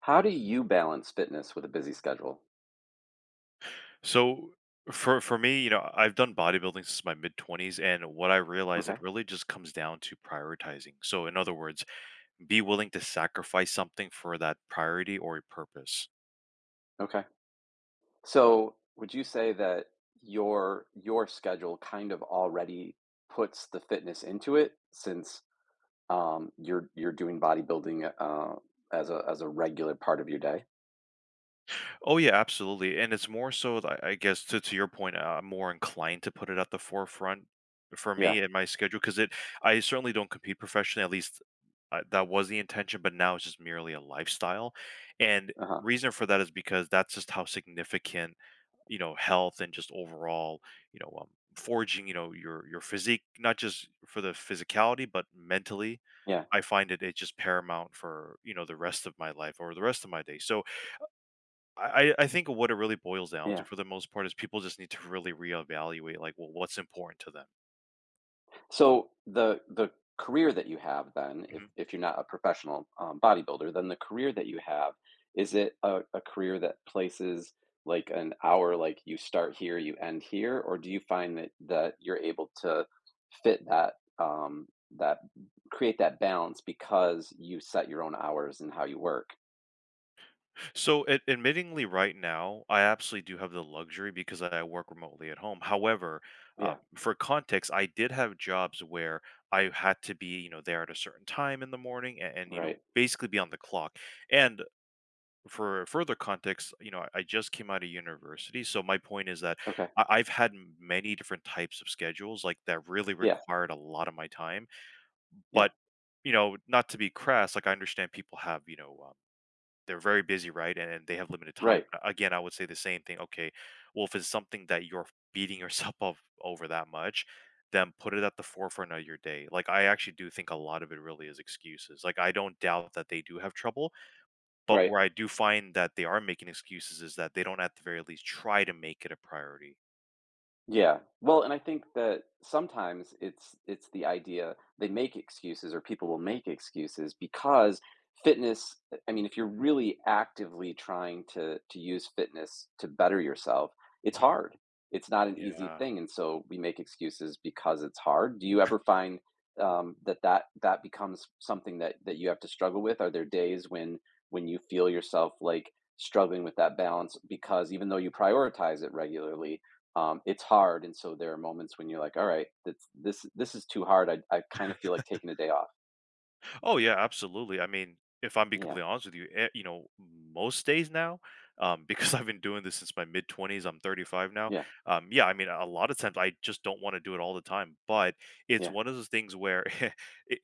How do you balance fitness with a busy schedule? So for me, you know, I've done bodybuilding since my mid 20s, and what I realized, it Okay. really just comes down to prioritizing. So in other words, be willing to sacrifice something for that priority or a purpose. Okay. So, would you say that your schedule kind of already puts the fitness into it since you're doing bodybuilding as a regular part of your day? Oh yeah, absolutely. And it's more so I guess, to your point, I'm more inclined to put it at the forefront for me Yeah. in my schedule because it I certainly don't compete professionally. At least I, that was the intention, but now it's just merely a lifestyle. And Uh huh. reason for that is because that's just how significant, you know, health and just overall, you know, forging, you know, your physique, not just for the physicality but mentally, Yeah. I find it, it's just paramount for, you know, the rest of my life or the rest of my day. So I think what it really boils down to, Yeah. for the most part, is people just need to really reevaluate, like, well, what's important to them. So the career that you have then, if Mm-hmm. You're not a professional, bodybuilder, then the career that you have, is it a career that places, like, an hour, like, you start here, you end here, or do you find that you're able to fit that, that create that balance because you set your own hours and how you work? So, admittingly, right now, I absolutely do have the luxury because I work remotely at home. However, Yeah, for context, I did have jobs where I had to be, you know, there at a certain time in the morning, and you know, right. basically be on the clock. And for further context, you know, I just came out of university, so my point is that Okay. I've had many different types of schedules like that really Yeah, required a lot of my time, yeah. but. You know, not to be crass, like, I understand people have, you know, they're very busy, right? And they have limited time. Right, Again, I would say the same thing. Okay, well, if it's something that you're beating yourself up over that much, then put it at the forefront of your day. Like, I actually do think a lot of it really is excuses. Like, I don't doubt that they do have trouble, but right. where I do find that they are making excuses is that they don't at the very least try to make it a priority. Yeah. Well, and I think that sometimes it's the idea they make excuses or people will make excuses because fitness I mean, if you're really actively trying to use fitness to better yourself, it's Hmm. hard. It's not an easy Yeah. thing, and so we make excuses because it's hard. Do you ever find that that becomes something that you have to struggle with? Are there days when you feel yourself like struggling with that balance because even though you prioritize it regularly, it's hard, and so there are moments when you're like, "All right, that's this this is too hard. I kind of feel like taking a day off." Oh yeah, absolutely. I mean, if I'm being Yeah, completely honest with you, eh, you know, most days now, because I've been doing this since my mid twenties, I'm 35 now. yeah, Yeah, I mean, a lot of times I just don't want to do it all the time, but it's yeah. one of those things where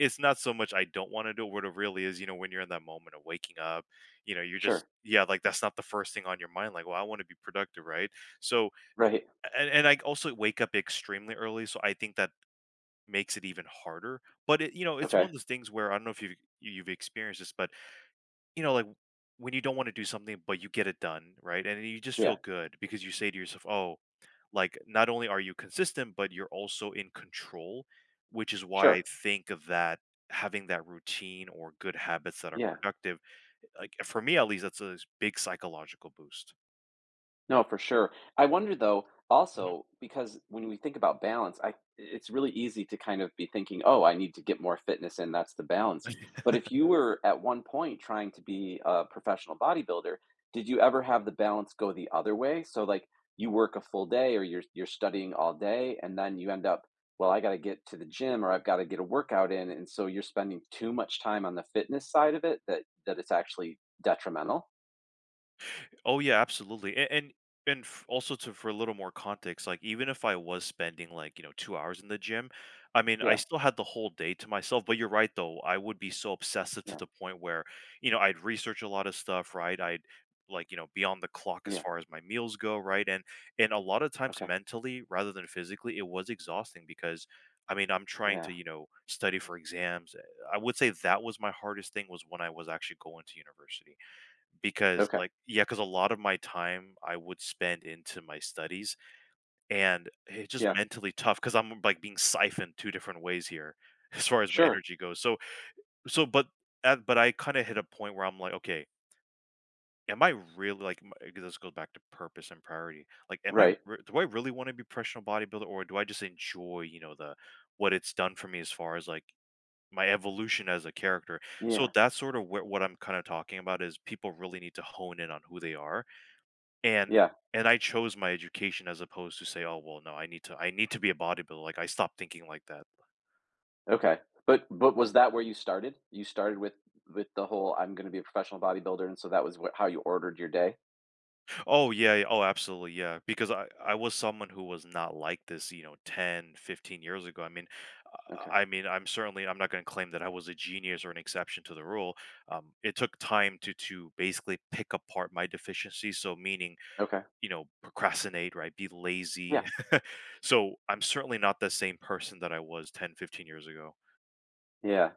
it's not so much I don't want to do it. What it really is, you know, when you're in that moment of waking up, you know, you're just, Sure. yeah, like, that's not the first thing on your mind. Like, well, I want to be productive, right? So, Right. and I also wake up extremely early, so I think that makes it even harder, but, it, you know, it's one Okay. of those things where I don't know if you've experienced this, but, you know, like, when you don't wanna do something, but you get it done, right? And you just feel Yeah. good because you say to yourself, "Oh, like, not only are you consistent, but you're also in control," which is why I Sure. think that having that routine or good habits that are Yeah. productive, like, for me at least, that's a big psychological boost. No, for sure. I wonder though, Mhm. also, because when we think about balance, I it's really easy to kind of be thinking, "Oh, I need to get more fitness in, that's the balance." But if you were at one point trying to be a professional bodybuilder, did you ever have the balance go the other way? So like you work a full day or you're studying all day and then you end up, "Well, I gotta get to the gym or I've gotta get a workout in." And so you're spending too much time on the fitness side of it that it's actually detrimental? Oh yeah, absolutely. And also, to for a little more context, like, even if I was spending, like, you know, 2 hours in the gym, I mean, I Yeah, still had the whole day to myself, but you're right though. I would be so obsessive to yeah, the point where, you know, I'd research a lot of stuff, right? I'd, like, you know, be on the clock as yeah. far as my meals go, right? And a lot of times Okay. mentally rather than physically, it was exhausting because, I mean, I'm trying Yeah. to, you know, study for exams. Eh, I would say that was my hardest thing, was when I was actually going to university. Because, Okay. like, yeah, because a lot of my time I would spend into my studies, and it's just Yeah. mentally tough because 'cause I'm, like, being siphoned 2 different ways here as far as my Sure. energy goes. So but at but I kinda hit a point where I'm like, "Okay, am I really," like, m 'cause this goes back to purpose and priority. Like, am I Right. re do I really wanna be a professional bodybuilder, or do I just enjoy, you know, the what it's done for me as far as, like, my evolution as a character? So Yeah. that's sort of where what I'm kinda talking about is people really need to hone in on who they are, and Yeah. and I chose my education as opposed to say, "Oh, well, no, I need to be a bodybuilder." Like, I stopped thinking like that. Okay. But was that where you started? You started with the whole "I'm gonna be a professional bodybuilder," and so that was what how you ordered your day? Oh, yeah, yeah, oh, absolutely, yeah, because I was someone who was not like this, you know, 10, 15 years ago. I mean, Okay. I mean, I'm certainly, I'm not gonna claim that I was a genius or an exception to the rule. It took time to basically pick apart my deficiencies, so meaning, Okay. you know, procrastinate, right? Be lazy. Yeah. So, I'm certainly not the same person that I was 10, 15 years ago. Yeah.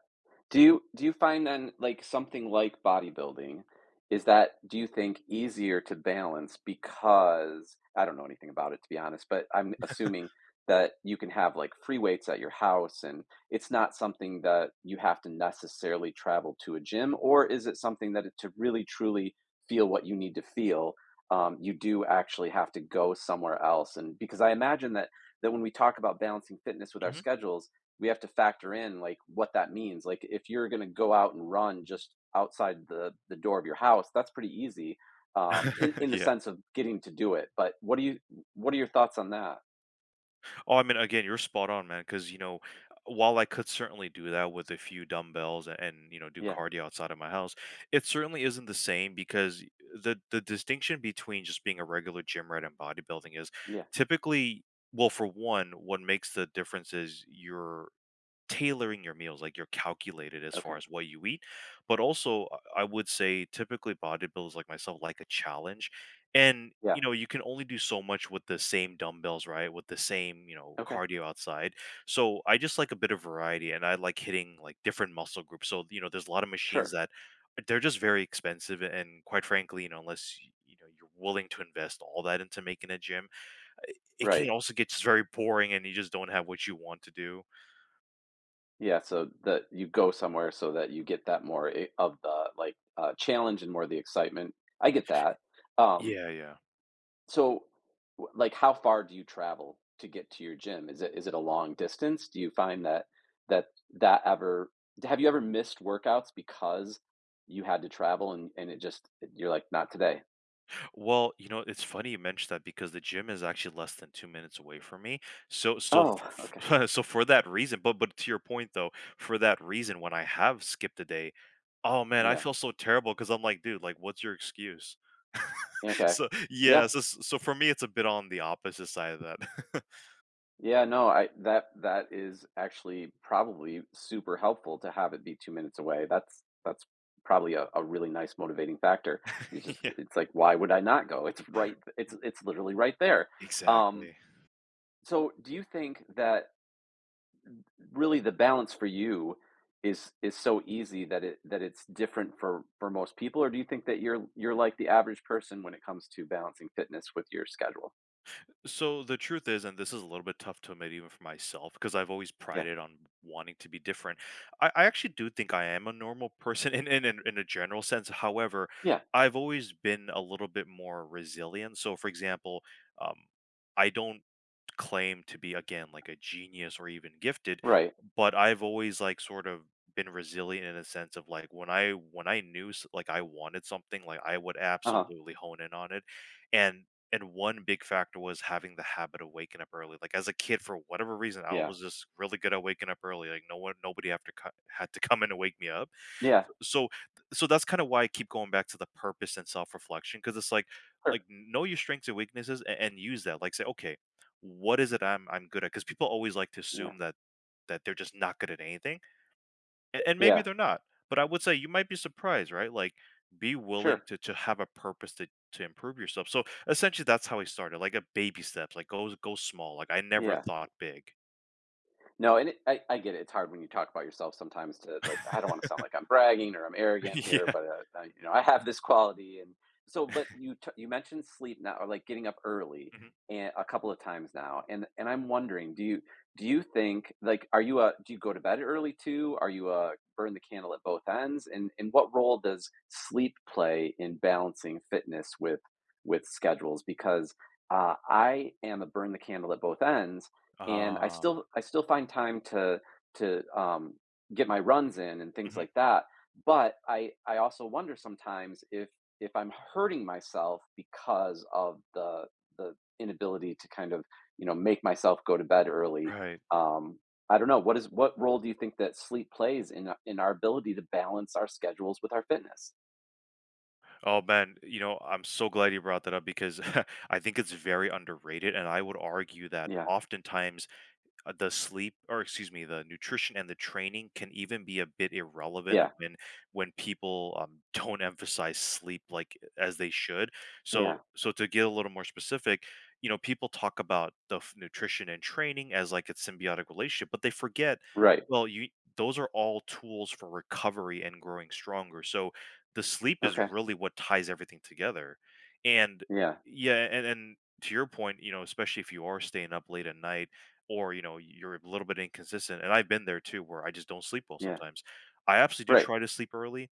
Do you find then, like, something like bodybuilding, is that do you think easier to balance because I don't know anything about it, to be honest, but I'm assuming that you can have, like, free weights at your house, and it's not something that you have to necessarily travel to a gym, or is it something that it to really truly feel what you need to feel, you do actually have to go somewhere else? And because I imagine that when we talk about balancing fitness with our Mhm. schedules, we have to factor in like what that means. Like if you're going to go out and run just outside the door of your house, that's pretty easy in the Yeah. sense of getting to do it. But what do you what are your thoughts on that? Oh, I mean, again, you're spot on, man. Because, you know, while I could certainly do that with a few dumbbells and you know do Yeah, cardio outside of my house, it certainly isn't the same because the distinction between just being a regular gym rat and bodybuilding is yeah, typically, well, for one, what makes the difference is your tailoring your meals, like, you're calculated as far okay, as what you eat. But also, I would say typically bodybuilders like myself like a challenge. And, yeah, you know, you can only do so much with the same dumbbells, right? With the same, you know, okay, cardio outside. So I just like a bit of variety, and I like hitting, like, different muscle groups. So, you know, there's a lot of machines sure, that they're just very expensive, and quite frankly, you know, unless you know, you're willing to invest all that into making a gym, it can right, also get just very boring and you just don't have what you want to do. yeah. So that you go somewhere so that you get that more of the like challenge and more of the excitement. I get that. Um, Yeah, yeah. So, w like, how far do you travel to get to your gym? Is it a long distance? Do you find that that that ever have you ever missed workouts because you had to travel and it just you're like, "Not today." Well, you know, it's funny you mentioned that because the gym is actually less than 2 minutes away from me. So so Oh, okay. f so for that reason, but to your point though, for that reason, when I have skipped a day, oh man, I Yeah. feel so terrible because 'cause I'm like, "Dude, like, what's your excuse?" Okay. So yeah, Yeah. so for me, it's a bit on the opposite side of that. Yeah, no, I that that is actually probably super helpful to have it be 2 minutes away. That's probably a really nice motivating factor. It's just Yeah. it's like, "Why would I not go?" It's right it's literally right there. Um Exactly. So, do you think that really the balance for you is so easy that it that it's different for most people, or do you think that you're like the average person when it comes to balancing fitness with your schedule? So the truth is, and this is a little bit tough to admit even for myself, because I've always Yeah. prided on wanting to be different. I actually do think I am a normal person in a general sense. However, Yeah. I've always been a little bit more resilient. So, for example, um, I don't claim to be, again, like a genius or even gifted, Right. but I've always, like, sort of been resilient in a sense of, like, when I knew like, I wanted something, like, I would Uh-huh. absolutely hone in on it. and and one big factor was having the habit of waking up early, like, as a kid, for whatever reason, I Yeah. was just really good at waking up early. Like, no one nobody had to come in and wake me up. Yeah. so so, so that's kind of why I keep going back to the purpose and self-reflection, because it's like Sure. like know your strengths and weaknesses, and use that, like, say, okay, what is it I'm good at? Because people always like to Yeah. assume that they're just not good at anything, and maybe Yeah. they're not, but I would say you might be surprised, right? Like, be willing Sure. To have a purpose to improve yourself. So, essentially, that's how I started, like, a baby steps, like, go small, like, I never Yeah. thought big. No, and I get it. It's hard when you talk about yourself sometimes to like I don't want to sound like I'm bragging or I'm arrogant here, Yeah. but I, you know, I have this quality and so. But you mentioned sleep now or like getting up early Mhm. and a couple of times now, and I'm wondering do you think like are you a do you go to bed early too? Are you a burn the candle at both ends? And what role does sleep play in balancing fitness with schedules? Because I am a burn the candle at both ends and Ah. I still find time to to, um, get my runs in and things Mhm. like that, but I also wonder sometimes if I'm hurting myself because of the inability to kind of, you know, make myself go to bed early. Right. Um, I don't know, what is what role do you think that sleep plays in our ability to balance our schedules with our fitness? Oh, man, you know, I'm so glad you brought that up because I think it's very underrated, and I would argue that Yeah. oftentimes the sleep, or excuse me, the nutrition and the training can even be a bit irrelevant Yeah. when when people don't emphasize sleep like as they should. so Yeah. so to get a little more specific, you know, people talk about the nutrition and training as like a symbiotic relationship, but they forget, Right. well, you, those are all tools for recovery and growing stronger, so the sleep is Okay. really what ties everything together. And Yeah. yeah, and to your point, you know, especially if you are staying up late at night, or you know, you're a little bit inconsistent, and I've been there too where I just don't sleep well Yeah. sometimes. I absolutely do Right. try to sleep early,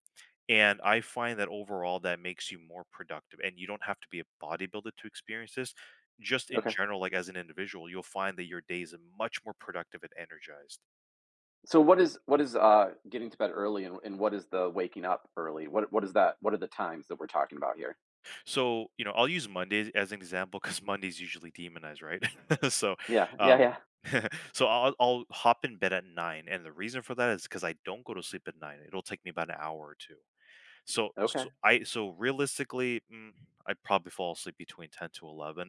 and I find that overall that makes you more productive, and you don't have to be a bodybuilder to experience this. Just in Okay. general, like as an individual, you'll find that your days are much more productive and energized. So what is getting to bed early and what is the waking up early? What is that? What are the times that we're talking about here? So you know, I'll use Mondays as an example because Mondays usually demonized, right? So Yeah, um yeah, yeah. so I'll hop in bed at nine, and the reason for that is because I don't go to sleep at nine, it'll take me about an hour or two. So Okay. so I so realistically, I'd probably fall asleep between 10 to 11,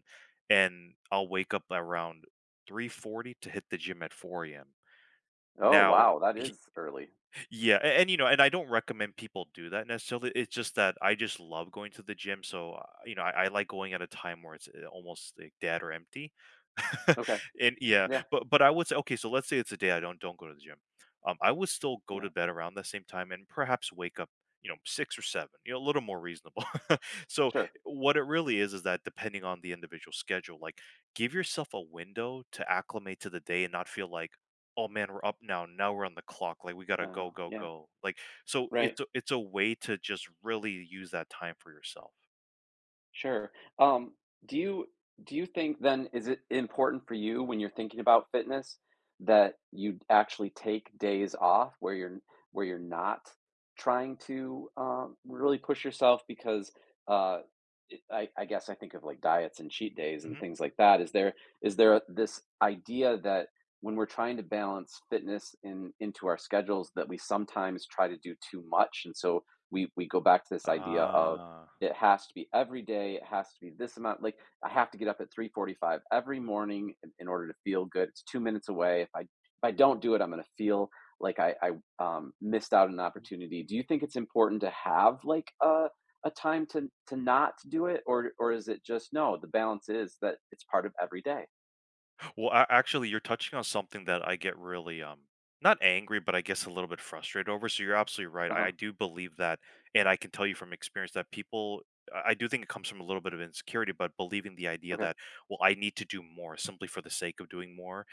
and I'll wake up around 3:40 to hit the gym at 4 AM. Oh, Now wow, that is early. yeah, you know, and I don't recommend people do that necessarily. It's just that I just love going to the gym, so you know, I like going at a time where it's almost like dead or empty. Okay. And yeah, Yeah, but I would say, okay, so let's say it's a day I don't go to the gym. I would still go to yeah, bed around the same time and perhaps wake up, you know, six or seven, you know, a little more reasonable. So sure. what it really is that, depending on the individual schedule, like, give yourself a window to acclimate to the day and not feel like, oh man, we're up now. Now we're on the clock. Like, we gotta go, Oh, go, yeah, go. Like, so right. It's a way to just really use that time for yourself. Sure. Um, do you think then is it important for you when you're thinking about fitness that you actually take days off where you're not trying to really push yourself because uh, I guess I think of like diets and cheat days and hmm things like that. Is there this idea that when we're trying to balance fitness in into our schedules that we sometimes try to do too much and so we go back to this idea of Ah, it has to be every day, it has to be this amount like, I have to get up at 3:45 every morning in order to feel good, it's 2 minutes away, if I don't do it, I'm gonna feel like I, missed out on an opportunity. Do you think it's important to have, like, a time to not do it, or is it just no, the balance is that it's part of every day? well, actually, you're touching on something that I get really not angry, but I guess a little bit frustrated over. So you're absolutely right. I, Uh-huh, I do believe that, and I can tell you from experience that people. I do think it comes from a little bit of insecurity, but believing the idea okay, that, well, I need to do more simply for the sake of doing more,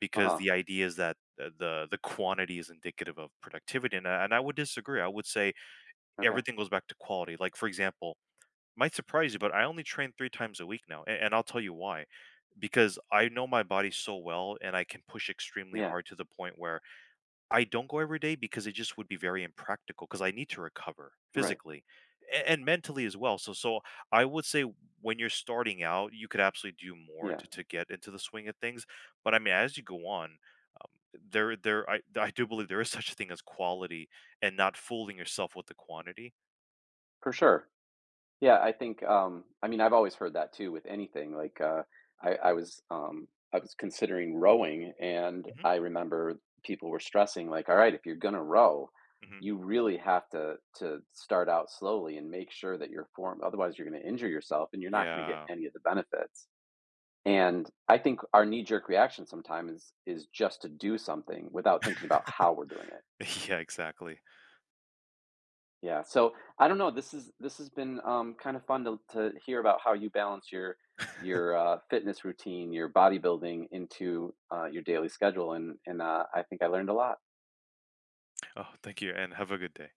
because uh-huh, the idea is that the quantity is indicative of productivity. And and I would disagree. I would say okay. everything goes back to quality. Like, for example, might surprise you, but I only train three times a week now, and I'll tell you why. Because I know my body so well, and I can push extremely Yeah, hard to the point where I don't go every day because it just would be very impractical, because I need to recover right, physically and mentally as well. So I would say, when you're starting out, you could absolutely do more yeah, to get into the swing of things. But I mean, as you go on, there I do believe there is such a thing as quality and not fooling yourself with the quantity. for sure. Yeah, I think, I mean, I've always heard that too with anything. Like, I, I was, um, I was considering rowing, and Mhm, I remember people were stressing, like, "All right, if you're gonna row, mhm. you really have to start out slowly and make sure that your form. Otherwise, you're gonna injure yourself, and you're not gonna get Yeah. any of the benefits." And I think our knee jerk reaction sometimes is just to do something without thinking about how we're doing it. Yeah, exactly. Yeah, so I don't know. This has been kind of fun to hear about how you balance your fitness routine, your bodybuilding into your daily schedule, and I think I learned a lot. Oh, thank you, and have a good day.